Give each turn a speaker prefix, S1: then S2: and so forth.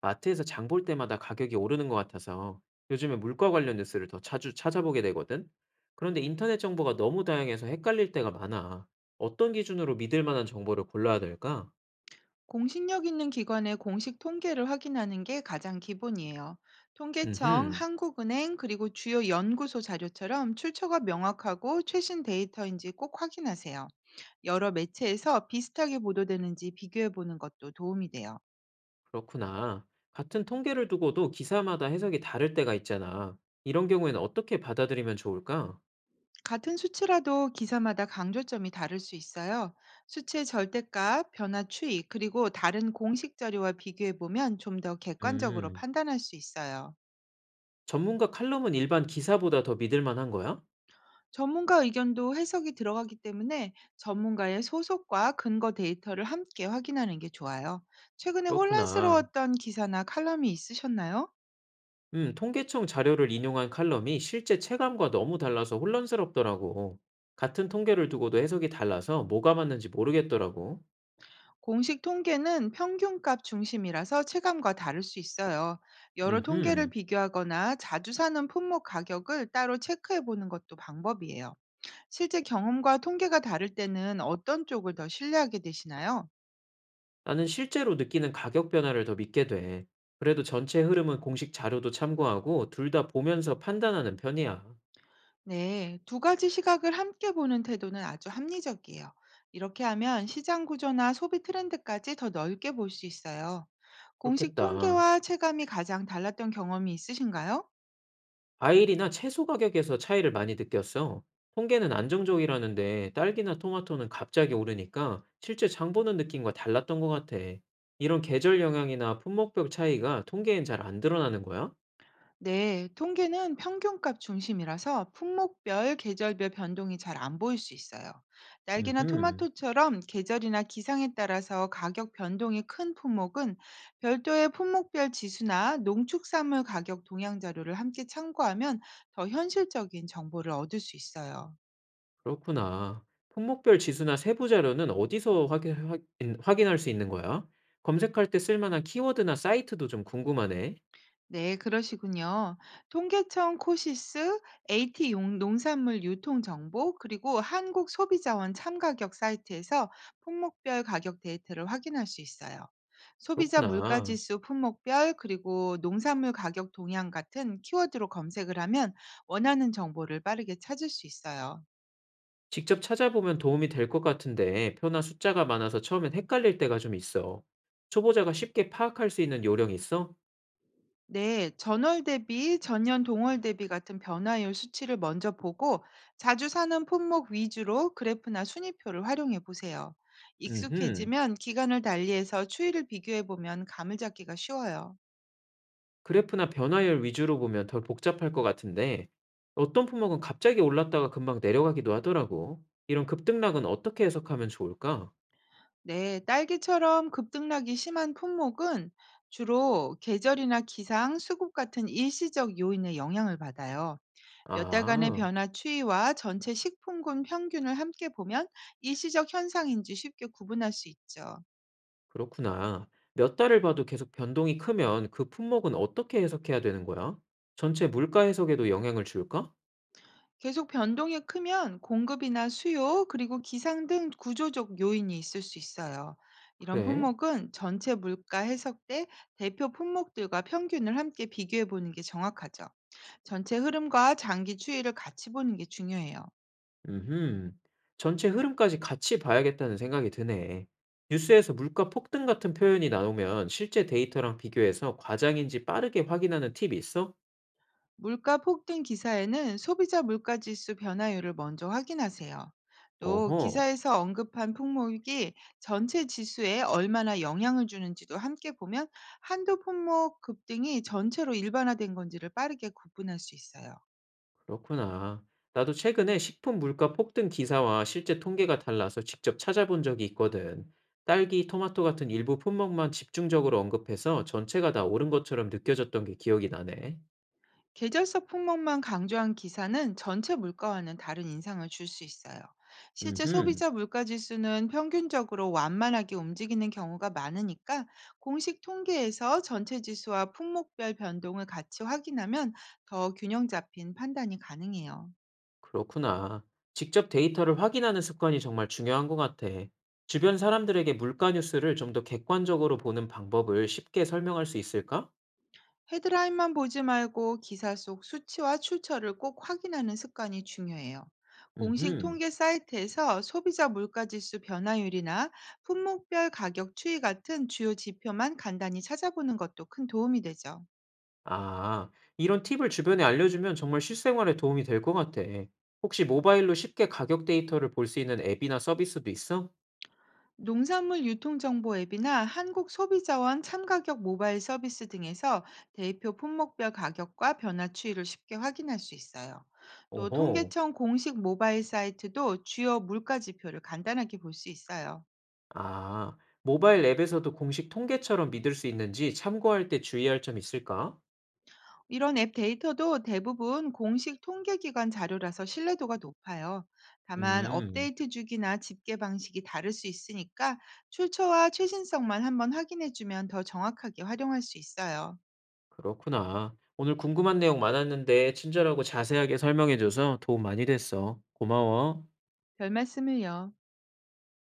S1: 마트에서 장볼 때마다 가격이 오르는 것 같아서 요즘에 물가 관련 뉴스를 더 자주 찾아보게 되거든. 그런데 인터넷 정보가 너무 다양해서 헷갈릴 때가 많아. 어떤 기준으로 믿을 만한 정보를 골라야 될까?
S2: 공신력 있는 기관의 공식 통계를 확인하는 게 가장 기본이에요. 통계청,
S1: 음흠.
S2: 한국은행, 그리고 주요 연구소 자료처럼 출처가 명확하고 최신 데이터인지 꼭 확인하세요. 여러 매체에서 비슷하게 보도되는지 비교해 보는 것도 도움이 돼요.
S1: 그렇구나. 같은 통계를 두고도 기사마다 해석이 다를 때가 있잖아. 이런 경우에는 어떻게 받아들이면 좋을까?
S2: 같은 수치라도 기사마다 강조점이 다를 수 있어요. 수치의 절대값, 변화 추이, 그리고 다른 공식 자료와 비교해 보면 좀 더 객관적으로
S1: 음,
S2: 판단할 수 있어요.
S1: 전문가 칼럼은 일반 기사보다 더 믿을 만한 거야?
S2: 전문가 의견도 해석이 들어가기 때문에 전문가의 소속과 근거 데이터를 함께 확인하는 게 좋아요. 최근에
S1: 그렇구나.
S2: 혼란스러웠던 기사나 칼럼이 있으셨나요?
S1: 통계청 자료를 인용한 칼럼이 실제 체감과 너무 달라서 혼란스럽더라고. 같은 통계를 두고도 해석이 달라서 뭐가 맞는지 모르겠더라고.
S2: 공식 통계는 평균값 중심이라서 체감과 다를 수 있어요. 여러 통계를
S1: 음흠.
S2: 비교하거나 자주 사는 품목 가격을 따로 체크해 보는 것도 방법이에요. 실제 경험과 통계가 다를 때는 어떤 쪽을 더 신뢰하게 되시나요?
S1: 나는 실제로 느끼는 가격 변화를 더 믿게 돼. 그래도 전체 흐름은 공식 자료도 참고하고 둘 다 보면서 판단하는 편이야.
S2: 네, 두 가지 시각을 함께 보는 태도는 아주 합리적이에요. 이렇게 하면 시장 구조나 소비 트렌드까지 더 넓게 볼 수 있어요. 공식
S1: 그렇겠다.
S2: 통계와 체감이 가장 달랐던 경험이 있으신가요?
S1: 과일이나 채소 가격에서 차이를 많이 느꼈어. 통계는 안정적이라는데 딸기나 토마토는 갑자기 오르니까 실제 장 보는 느낌과 달랐던 것 같아. 이런 계절 영향이나 품목별 차이가 통계엔 잘 안 드러나는 거야?
S2: 네, 통계는 평균값 중심이라서 품목별, 계절별 변동이 잘 안 보일 수 있어요. 날개나
S1: 음,
S2: 토마토처럼 계절이나 기상에 따라서 가격 변동이 큰 품목은 별도의 품목별 지수나 농축산물 가격 동향 자료를 함께 참고하면 더 현실적인 정보를 얻을 수 있어요.
S1: 그렇구나. 품목별 지수나 세부 자료는 어디서 확인할 수 있는 거야? 검색할 때 쓸만한 키워드나 사이트도 좀 궁금하네.
S2: 네, 그러시군요. 통계청 코시스, AT 농산물 유통 정보, 그리고 한국 소비자원 참가격 사이트에서 품목별 가격 데이터를 확인할 수 있어요. 소비자
S1: 그렇구나.
S2: 물가지수 품목별, 그리고 농산물 가격 동향 같은 키워드로 검색을 하면 원하는 정보를 빠르게 찾을 수 있어요.
S1: 직접 찾아보면 도움이 될 것 같은데 표나 숫자가 많아서 처음엔 헷갈릴 때가 좀 있어. 초보자가 쉽게 파악할 수 있는 요령이 있어?
S2: 네, 전월 대비, 전년 동월 대비 같은 변화율 수치를 먼저 보고 자주 사는 품목 위주로 그래프나 순위표를 활용해 보세요.
S1: 음흠.
S2: 익숙해지면 기간을 달리해서 추이를 비교해 보면 감을 잡기가 쉬워요.
S1: 그래프나 변화율 위주로 보면 덜 복잡할 것 같은데 어떤 품목은 갑자기 올랐다가 금방 내려가기도 하더라고. 이런 급등락은 어떻게 해석하면 좋을까?
S2: 네, 딸기처럼 급등락이 심한 품목은 주로 계절이나 기상, 수급 같은 일시적 요인의 영향을 받아요. 몇 달간의
S1: 아,
S2: 변화 추이와 전체 식품군 평균을 함께 보면 일시적 현상인지 쉽게 구분할 수 있죠.
S1: 그렇구나. 몇 달을 봐도 계속 변동이 크면 그 품목은 어떻게 해석해야 되는 거야? 전체 물가 해석에도 영향을 줄까?
S2: 계속 변동이 크면 공급이나 수요, 그리고 기상 등 구조적 요인이 있을 수 있어요. 이런
S1: 그래.
S2: 품목은 전체 물가 해석 때 대표 품목들과 평균을 함께 비교해 보는 게 정확하죠. 전체 흐름과 장기 추이를 같이 보는 게 중요해요.
S1: 음흠. 전체 흐름까지 같이 봐야겠다는 생각이 드네. 뉴스에서 물가 폭등 같은 표현이 나오면 실제 데이터랑 비교해서 과장인지 빠르게 확인하는 팁이 있어?
S2: 물가 폭등 기사에는 소비자 물가지수 변화율을 먼저 확인하세요. 또
S1: 어허,
S2: 기사에서 언급한 품목이 전체 지수에 얼마나 영향을 주는지도 함께 보면 한두 품목 급등이 전체로 일반화된 건지를 빠르게 구분할 수 있어요.
S1: 그렇구나. 나도 최근에 식품 물가 폭등 기사와 실제 통계가 달라서 직접 찾아본 적이 있거든. 딸기, 토마토 같은 일부 품목만 집중적으로 언급해서 전체가 다 오른 것처럼 느껴졌던 게 기억이 나네.
S2: 계절성 품목만 강조한 기사는 전체 물가와는 다른 인상을 줄 수 있어요. 실제
S1: 음흠.
S2: 소비자 물가 지수는 평균적으로 완만하게 움직이는 경우가 많으니까 공식 통계에서 전체 지수와 품목별 변동을 같이 확인하면 더 균형 잡힌 판단이 가능해요.
S1: 그렇구나. 직접 데이터를 확인하는 습관이 정말 중요한 것 같아. 주변 사람들에게 물가 뉴스를 좀 더 객관적으로 보는 방법을 쉽게 설명할 수 있을까?
S2: 헤드라인만 보지 말고 기사 속 수치와 출처를 꼭 확인하는 습관이 중요해요. 공식
S1: 음,
S2: 통계 사이트에서 소비자 물가지수 변화율이나 품목별 가격 추이 같은 주요 지표만 간단히 찾아보는 것도 큰 도움이 되죠.
S1: 아, 이런 팁을 주변에 알려주면 정말 실생활에 도움이 될 것 같아. 혹시 모바일로 쉽게 가격 데이터를 볼 수 있는 앱이나 서비스도 있어?
S2: 농산물 유통정보 앱이나 한국소비자원 참가격 모바일 서비스 등에서 대표 품목별 가격과 변화 추이를 쉽게 확인할 수 있어요. 또
S1: 오호,
S2: 통계청 공식 모바일 사이트도 주요 물가 지표를 간단하게 볼 수 있어요.
S1: 아, 모바일 앱에서도 공식 통계처럼 믿을 수 있는지 참고할 때 주의할 점 있을까?
S2: 이런 앱 데이터도 대부분 공식 통계기관 자료라서 신뢰도가 높아요. 다만
S1: 음.
S2: 업데이트 주기나 집계 방식이 다를 수 있으니까 출처와 최신성만 한번 확인해주면 더 정확하게 활용할 수 있어요.
S1: 그렇구나. 오늘 궁금한 내용 많았는데 친절하고 자세하게 설명해줘서 도움 많이 됐어. 고마워.
S2: 별 말씀을요.